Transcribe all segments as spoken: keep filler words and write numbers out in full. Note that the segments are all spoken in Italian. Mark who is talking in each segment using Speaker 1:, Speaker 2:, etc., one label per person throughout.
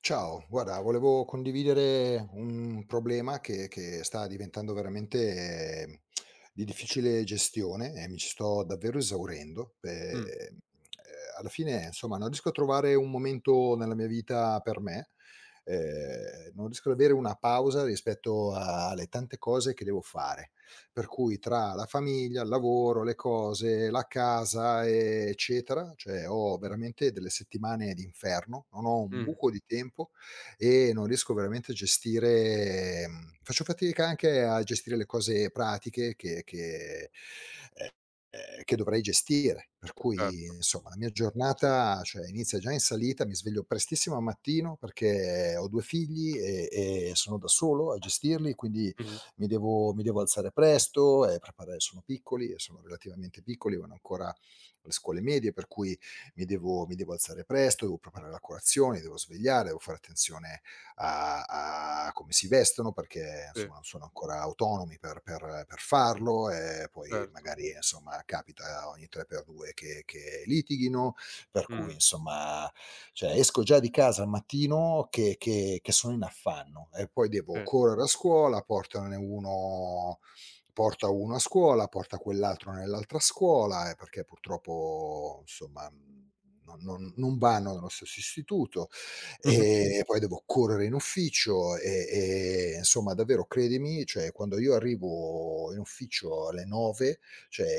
Speaker 1: Ciao, guarda, volevo condividere un problema che che sta diventando veramente, ehm, di difficile gestione e mi ci sto davvero esaurendo.
Speaker 2: Mh,
Speaker 1: Ehm, alla fine, insomma, non riesco a trovare un momento nella mia vita per me, ehm, non riesco ad avere una pausa rispetto a- alle tante cose che devo fare, per cui tra la famiglia, il lavoro, le cose, la casa, ehm, eccetera, cioè ho veramente delle settimane d'inferno, non ho un
Speaker 2: mh,
Speaker 1: buco di tempo e non riesco veramente a gestire, mhmm, faccio fatica anche a gestire le cose pratiche che che ehm, ehm, che dovrei gestire. Per cui
Speaker 2: certo,
Speaker 1: insomma la mia giornata, cioè, inizia già in salita, mi sveglio prestissimo al mattino perché ho due figli e e sono da solo a gestirli, quindi
Speaker 2: mh-mh,
Speaker 1: mi devo mi devo alzare presto e preparare, sono piccoli e sono relativamente piccoli, vanno ancora alle scuole medie, per cui mi devo mi devo alzare presto, devo preparare la colazione, li devo svegliare, devo fare attenzione a a come si vestono perché
Speaker 2: sì,
Speaker 1: insomma non sono ancora autonomi per per per farlo, e poi
Speaker 2: certo,
Speaker 1: magari, insomma, capita ogni tre per due che che litighino, per cui
Speaker 2: mh,
Speaker 1: insomma, cioè esco già di casa al mattino che che che sono in affanno, e poi devo
Speaker 2: sì,
Speaker 1: correre a scuola, portane uno porta uno a scuola, porta quell'altro nell'altra scuola, eh, perché purtroppo insomma, mhmm, non non non vanno nello stesso istituto. Mh.
Speaker 2: mh-mh,
Speaker 1: E poi devo correre in ufficio, e e insomma davvero, credimi, cioè quando io arrivo in ufficio alle nove,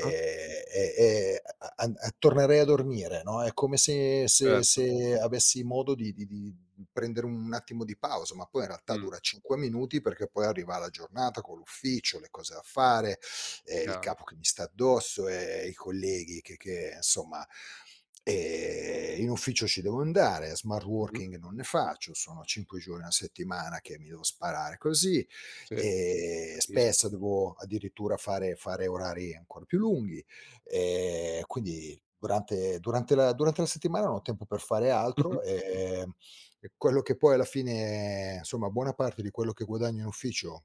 Speaker 2: ah,
Speaker 1: è è a a a tornerei a dormire, no, è come se se
Speaker 2: certo,
Speaker 1: se avessi modo di di di prendere un attimo di pausa, ma poi in realtà
Speaker 2: mh,
Speaker 1: dura cinque minuti, perché poi arriva la giornata con l'ufficio, le cose da fare, ehm, il
Speaker 2: chiaro,
Speaker 1: capo che mi sta addosso, ehm, i colleghi che che insomma, ehm, in ufficio ci devo andare, smart
Speaker 2: mh-mh,
Speaker 1: working non ne faccio, sono cinque giorni a settimana che mi devo sparare così.
Speaker 2: sì,
Speaker 1: Ehm,
Speaker 2: capisco,
Speaker 1: spesso dovevo addirittura fare fare orari ancora più lunghi, ehm, quindi durante durante la durante la settimana non ho tempo per fare
Speaker 2: mh-mh,
Speaker 1: altro, ehm, e quello che poi alla fine, insomma, buona parte di quello che guadagno in ufficio,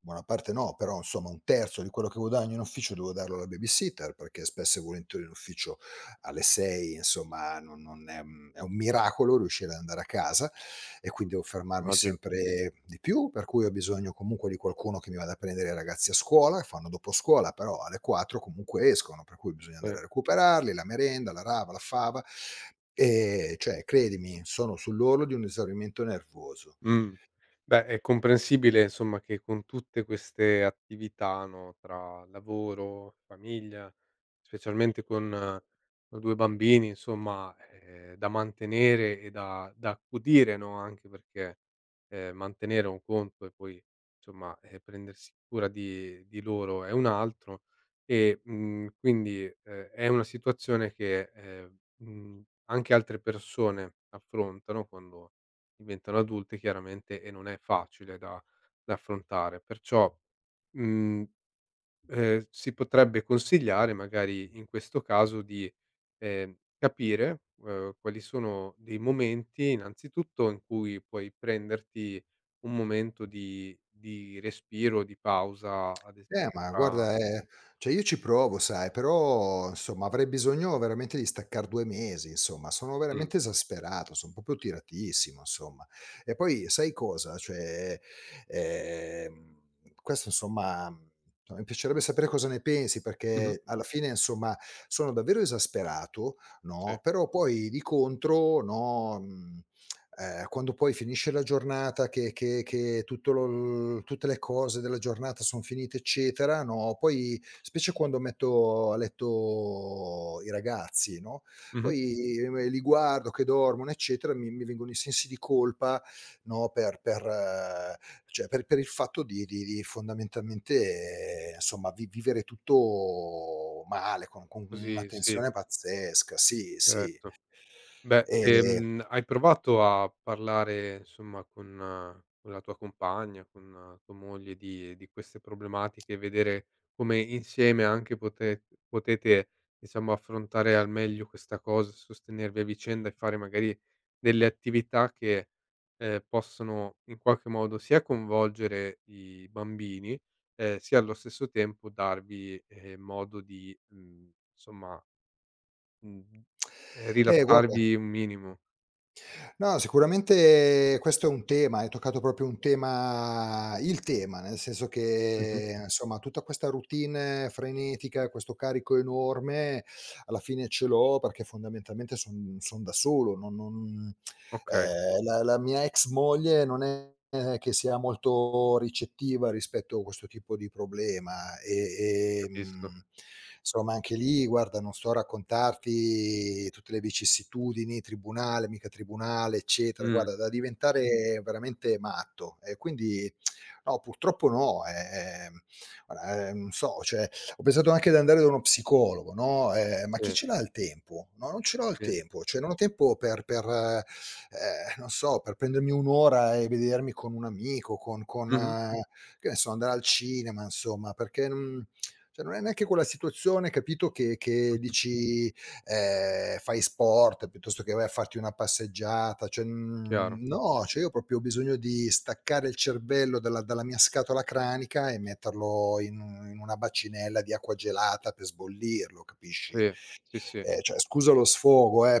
Speaker 1: buona parte no, però insomma un terzo di quello che guadagno in ufficio devo darlo alla babysitter, perché spesso e volentieri in ufficio alle sei insomma non non è, mhmm, è un miracolo riuscire ad andare a casa, e quindi devo fermarmi
Speaker 2: immagino,
Speaker 1: sempre di più, per cui ho bisogno comunque di qualcuno che mi vada a prendere i ragazzi a scuola, che fanno doposcuola, però alle quattro comunque escono, per cui bisogna
Speaker 2: sì.
Speaker 1: andare a recuperarli, la merenda, la rava, la fava. Ehm, cioè credimi, sono sull'orlo di un esaurimento nervoso.
Speaker 2: Mh. Beh, è comprensibile insomma che con tutte queste attività, no, tra lavoro, famiglia, specialmente con con due bambini insomma, ehm, da mantenere e da da accudire, no, anche perché, ehm, mantenere un conto e poi insomma, ehm, prendersi cura di di loro è un altro. E, mhmm, quindi, ehm, è una situazione che, ehm, mhmm, anche altre persone affrontano quando diventano adulte chiaramente, e non è facile da da affrontare. Perciò, mhmm, ehm, si potrebbe consigliare magari in questo caso di, ehm, capire, uhm, quali sono dei momenti innanzitutto in cui puoi prenderti un momento di di respiro, di pausa, ad
Speaker 1: Eh,
Speaker 2: esempio
Speaker 1: ma
Speaker 2: tra
Speaker 1: guarda, ehm, cioè io ci provo, sai, però insomma avrei bisogno veramente di staccar due mesi, insomma. Sono
Speaker 2: mh,
Speaker 1: veramente esasperato, son proprio tiratissimo, insomma. E poi sai cosa, cioè, ehm, questo insomma, mhmm, mi piacerebbe sapere cosa ne pensi,
Speaker 2: mh-mh,
Speaker 1: perché alla fine insomma sono davvero esasperato,
Speaker 2: sì,
Speaker 1: no, però poi di contro, no, mhmm ehm, quando poi finisce la giornata che che che tutto lo tutte le cose della giornata son finite, eccetera, no, poi specie quando metto a letto i ragazzi, no,
Speaker 2: mh-mh,
Speaker 1: poi me li guardo che dormono, eccetera, mi mi vengono i sensi di colpa, no, per per eh, cioè per per il fatto di di di fondamentalmente, eh, insomma, vi vivere tutto male, con con una
Speaker 2: così sì,
Speaker 1: tensione pazzesca. Sì, sì.
Speaker 2: certo. Beh,
Speaker 1: Ehm
Speaker 2: ehm, hai provato a parlare insomma con eh, con la tua compagna, con eh, tua moglie di di queste problematiche e vedere come insieme anche pote potete diciamo affrontare al meglio questa cosa, sostenervi a vicenda e fare magari delle attività che, ehm, possono in qualche modo sia coinvolgere i bambini, ehm, sia allo stesso tempo darvi, ehm, modo di, mhmm, insomma, mhmm, ehm,
Speaker 1: Eh guarda,
Speaker 2: rilassarvi un minimo.
Speaker 1: no, sicuramente questo è un tema, hai toccato proprio un tema, il tema, nel senso
Speaker 2: Mh-mh.
Speaker 1: che insomma tutta questa routine frenetica, questo carico enorme alla fine ce l'ho perché fondamentalmente son son da solo, non non
Speaker 2: Okay,
Speaker 1: Ehm, la la mia ex moglie non è, eh, che sia molto ricettiva rispetto a questo tipo di problema, e,
Speaker 2: capisco.
Speaker 1: ehm, insomma anche lì, guarda, non sto a raccontarti tutte le vicissitudini, tribunale, mica tribunale, eccetera,
Speaker 2: Mh,
Speaker 1: guarda, da diventare veramente matto. E quindi no, purtroppo no, eh, ehm, guarda, ehm, non so, cioè ho pensato anche di andare da uno psicologo, no, ehm, ma chi
Speaker 2: sì,
Speaker 1: ce l'ha il tempo? No, non ce l'ho il
Speaker 2: sì.
Speaker 1: tempo, cioè non ho tempo per per eh, ehm, non so, per prendermi un'ora e vedermi con un amico, con con
Speaker 2: Mh-mh.
Speaker 1: eh, che ne so, andare al cinema, insomma, perché non, cioè non è neanche quella situazione, capito, che che dici, ehm, fai sport piuttosto che vai a farti una passeggiata, cioè,
Speaker 2: Chiaro.
Speaker 1: mhmm, no, cioè io ho proprio bisogno di staccare il cervello dalla dalla mia scatola cranica e metterlo in un- in una bacinella di acqua gelata per sbollirlo, capisci?
Speaker 2: Sì, sì, sì.
Speaker 1: Ehm, cioè scusa lo sfogo, eh,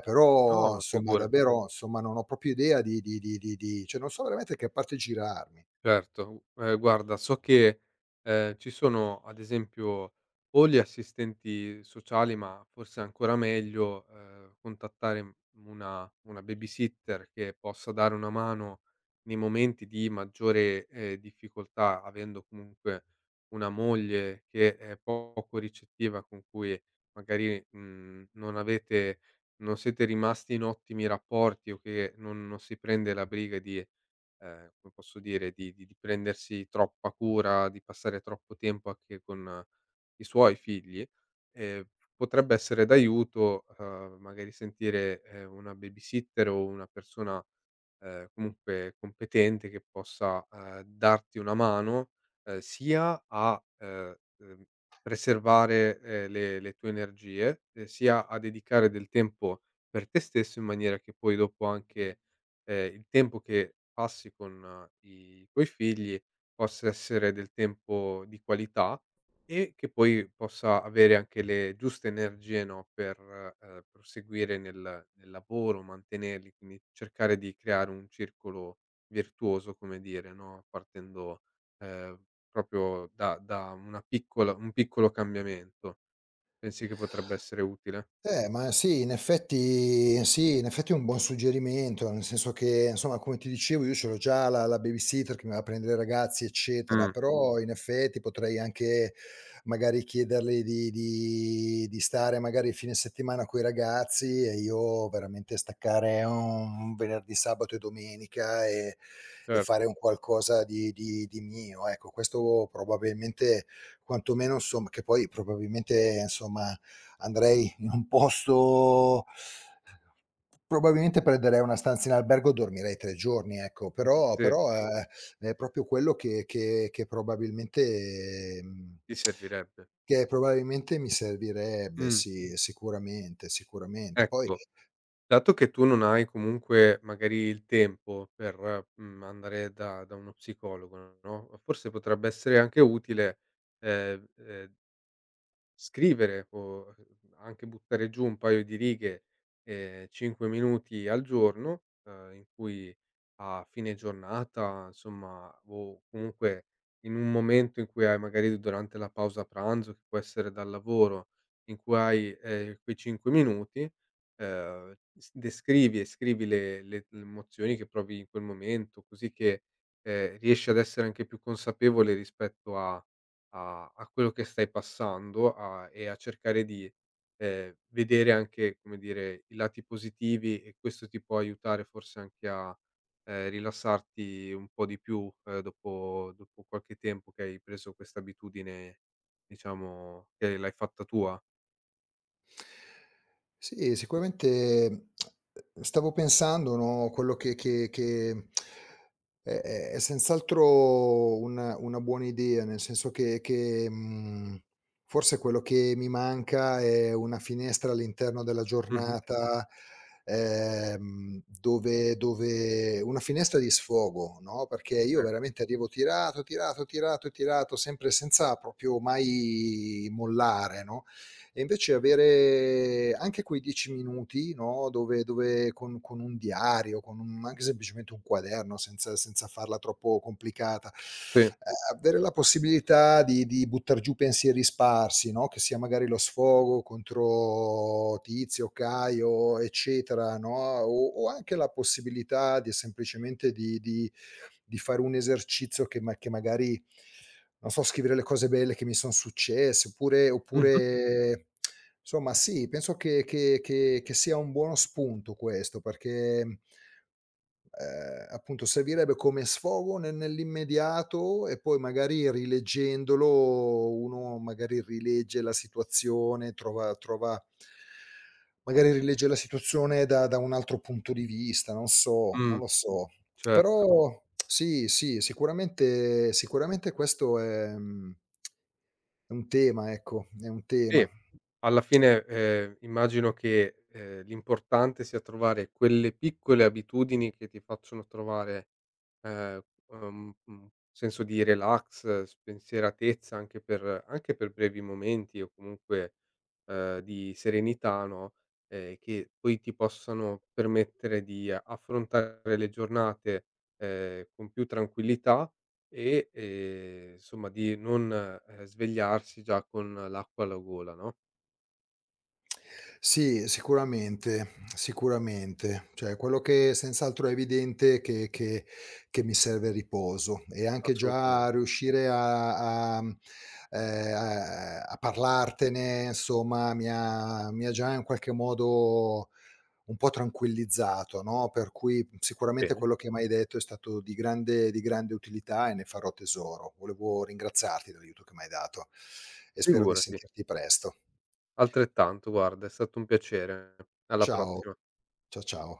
Speaker 2: No,
Speaker 1: però
Speaker 2: ma
Speaker 1: insomma
Speaker 2: figurati.
Speaker 1: davvero, insomma non ho proprio idea di di di di di cioè non so veramente che parte girarmi.
Speaker 2: Certo, ehm, guarda, so che, ehm, ci sono ad esempio o gli assistenti sociali, ma forse ancora meglio, ehm, contattare, mhmm, una una babysitter che possa dare una mano nei momenti di maggiore, ehm, difficoltà, avendo comunque una moglie che è poco ricettiva, con cui magari, mhmm, non avete non siete rimasti in ottimi rapporti, o che non non si prende la briga di ehm, come posso dire, di di di prendersi troppa cura, di passare troppo tempo anche con eh, i suoi figli, ehm, potrebbe essere d'aiuto, uhm, magari sentire, ehm, una babysitter o una persona ehm, comunque competente che possa, ehm, darti una mano, ehm, sia a, ehm, ehm, preservare, ehm, le le tue energie, ehm, sia a dedicare del tempo per te stesso, in maniera che poi dopo anche, ehm, il tempo che passi con eh, i tuoi figli possa essere del tempo di qualità, e che poi possa avere anche le giuste energie, no, per, ehm, proseguire nel nel lavoro, mantenerli, quindi cercare di creare un circolo virtuoso, come dire, no, partendo, ehm, proprio da da una piccola un piccolo cambiamento. Pensi che potrebbe essere utile?
Speaker 1: Eh, ma sì, in effetti sì, in effetti è un buon suggerimento, nel senso che, insomma, come ti dicevo, io ce l'ho già la la babysitter che mi va a prendere i ragazzi, eccetera,
Speaker 2: Mh,
Speaker 1: però in effetti potrei anche magari chiederle di di di stare magari il fine settimana coi ragazzi e io veramente staccare un venerdì, sabato e domenica, e e
Speaker 2: certo.
Speaker 1: fare un qualcosa di di di mio, ecco. Questo probabilmente quantomeno, insomma, che poi probabilmente, insomma, andrei in un posto, probabilmente prenderei una stanza in albergo, dormirei tre giorni, ecco, però
Speaker 2: Sì,
Speaker 1: però, ehm, è proprio quello che che che probabilmente mhmm,
Speaker 2: ti servirebbe.
Speaker 1: che probabilmente mi servirebbe,
Speaker 2: Mh,
Speaker 1: sì, sicuramente, sicuramente. Poi
Speaker 2: ecco. Dato che tu non hai comunque magari il tempo per, mhmm, andare da da uno psicologo, no, forse potrebbe essere anche utile, ehm, ehm scrivere o anche buttare giù un paio di righe, ehm, cinque minuti al giorno, ehm, in cui a fine giornata, insomma, o comunque in un momento in cui hai magari durante la pausa pranzo, che può essere dal lavoro, in cui hai, ehm, quei cinque minuti, ehm, s descrivi e scrivi le le le emozioni che provi in quel momento, così che, ehm, riesci ad essere anche più consapevole rispetto a a a quello che stai passando, a e a cercare di, ehm, vedere anche, come dire, i lati positivi, e questo ti può aiutare forse anche a, ehm, rilassarti un po' di più, ehm, dopo dopo qualche tempo che hai preso questa abitudine, diciamo, che l'hai fatta tua.
Speaker 1: sì, sicuramente, mhmm, stavo pensando, no, quello che che che è è è senz'altro una una buona idea, nel senso che che, mhmm, forse quello che mi manca è una finestra all'interno della
Speaker 2: Mh-mh.
Speaker 1: giornata, ehm, dove dove una finestra di sfogo, no, perché io
Speaker 2: Eh,
Speaker 1: veramente arrivo tirato, tirato, tirato, tirato, sempre senza proprio mai mollare, no, e invece avere anche quei dieci minuti, no, dove dove con con un diario, con un, anche semplicemente un quaderno, senza senza farla troppo complicata,
Speaker 2: sì.
Speaker 1: ehm, avere la possibilità di di buttar giù pensieri sparsi, no, che sia magari lo sfogo contro Tizio, Caio, eccetera, no, o o anche la possibilità di semplicemente di di di fare un esercizio che, ma che magari, non so, scrivere le cose belle che mi son successe, oppure
Speaker 2: Mh-mh.
Speaker 1: oppure insomma sì, penso che che che che sia un buono spunto questo, perché, mhmm, ehm, appunto servirebbe come sfogo ne nell'immediato, e poi magari rileggendolo uno magari rilegge la situazione, trova trova magari rilegge la situazione da da un altro punto di vista, non so, non
Speaker 2: Mh,
Speaker 1: lo so.
Speaker 2: cer
Speaker 1: Però sì, sì, sicuramente sicuramente questo è, mhmm, è un tema, ecco, è un
Speaker 2: Sì,
Speaker 1: tema.
Speaker 2: alla fine, ehm, immagino che, ehm, l'importante sia trovare quelle piccole abitudini che ti facciano trovare, ehm, uhm, un senso di relax, spensieratezza anche per anche per brevi momenti, o comunque, ehm, di serenità, no, ehm, che poi ti possano permettere di affrontare le giornate, ehm, con più tranquillità e, ehm, insomma di non, ehm, svegliarsi già con l'acqua alla gola, no?
Speaker 1: Sì, sicuramente, sicuramente. Cioè, quello che senz'altro è evidente è che che che mi serve riposo, e anche già
Speaker 2: Assolutamente.
Speaker 1: riuscire a a mhmm, ehm, a a parlartene, insomma, mi ha mi ha già in qualche modo un po' tranquillizzato, no, per cui sicuramente
Speaker 2: Bene.
Speaker 1: quello che m'hai detto è stato di grande di grande utilità e ne farò tesoro. Volevo ringraziarti dell'aiuto che m'hai dato e spero di
Speaker 2: Figurati,
Speaker 1: sentirti presto.
Speaker 2: altrettanto guarda, è stato un piacere. Alla
Speaker 1: Ciao,
Speaker 2: prossima.
Speaker 1: cia ciao.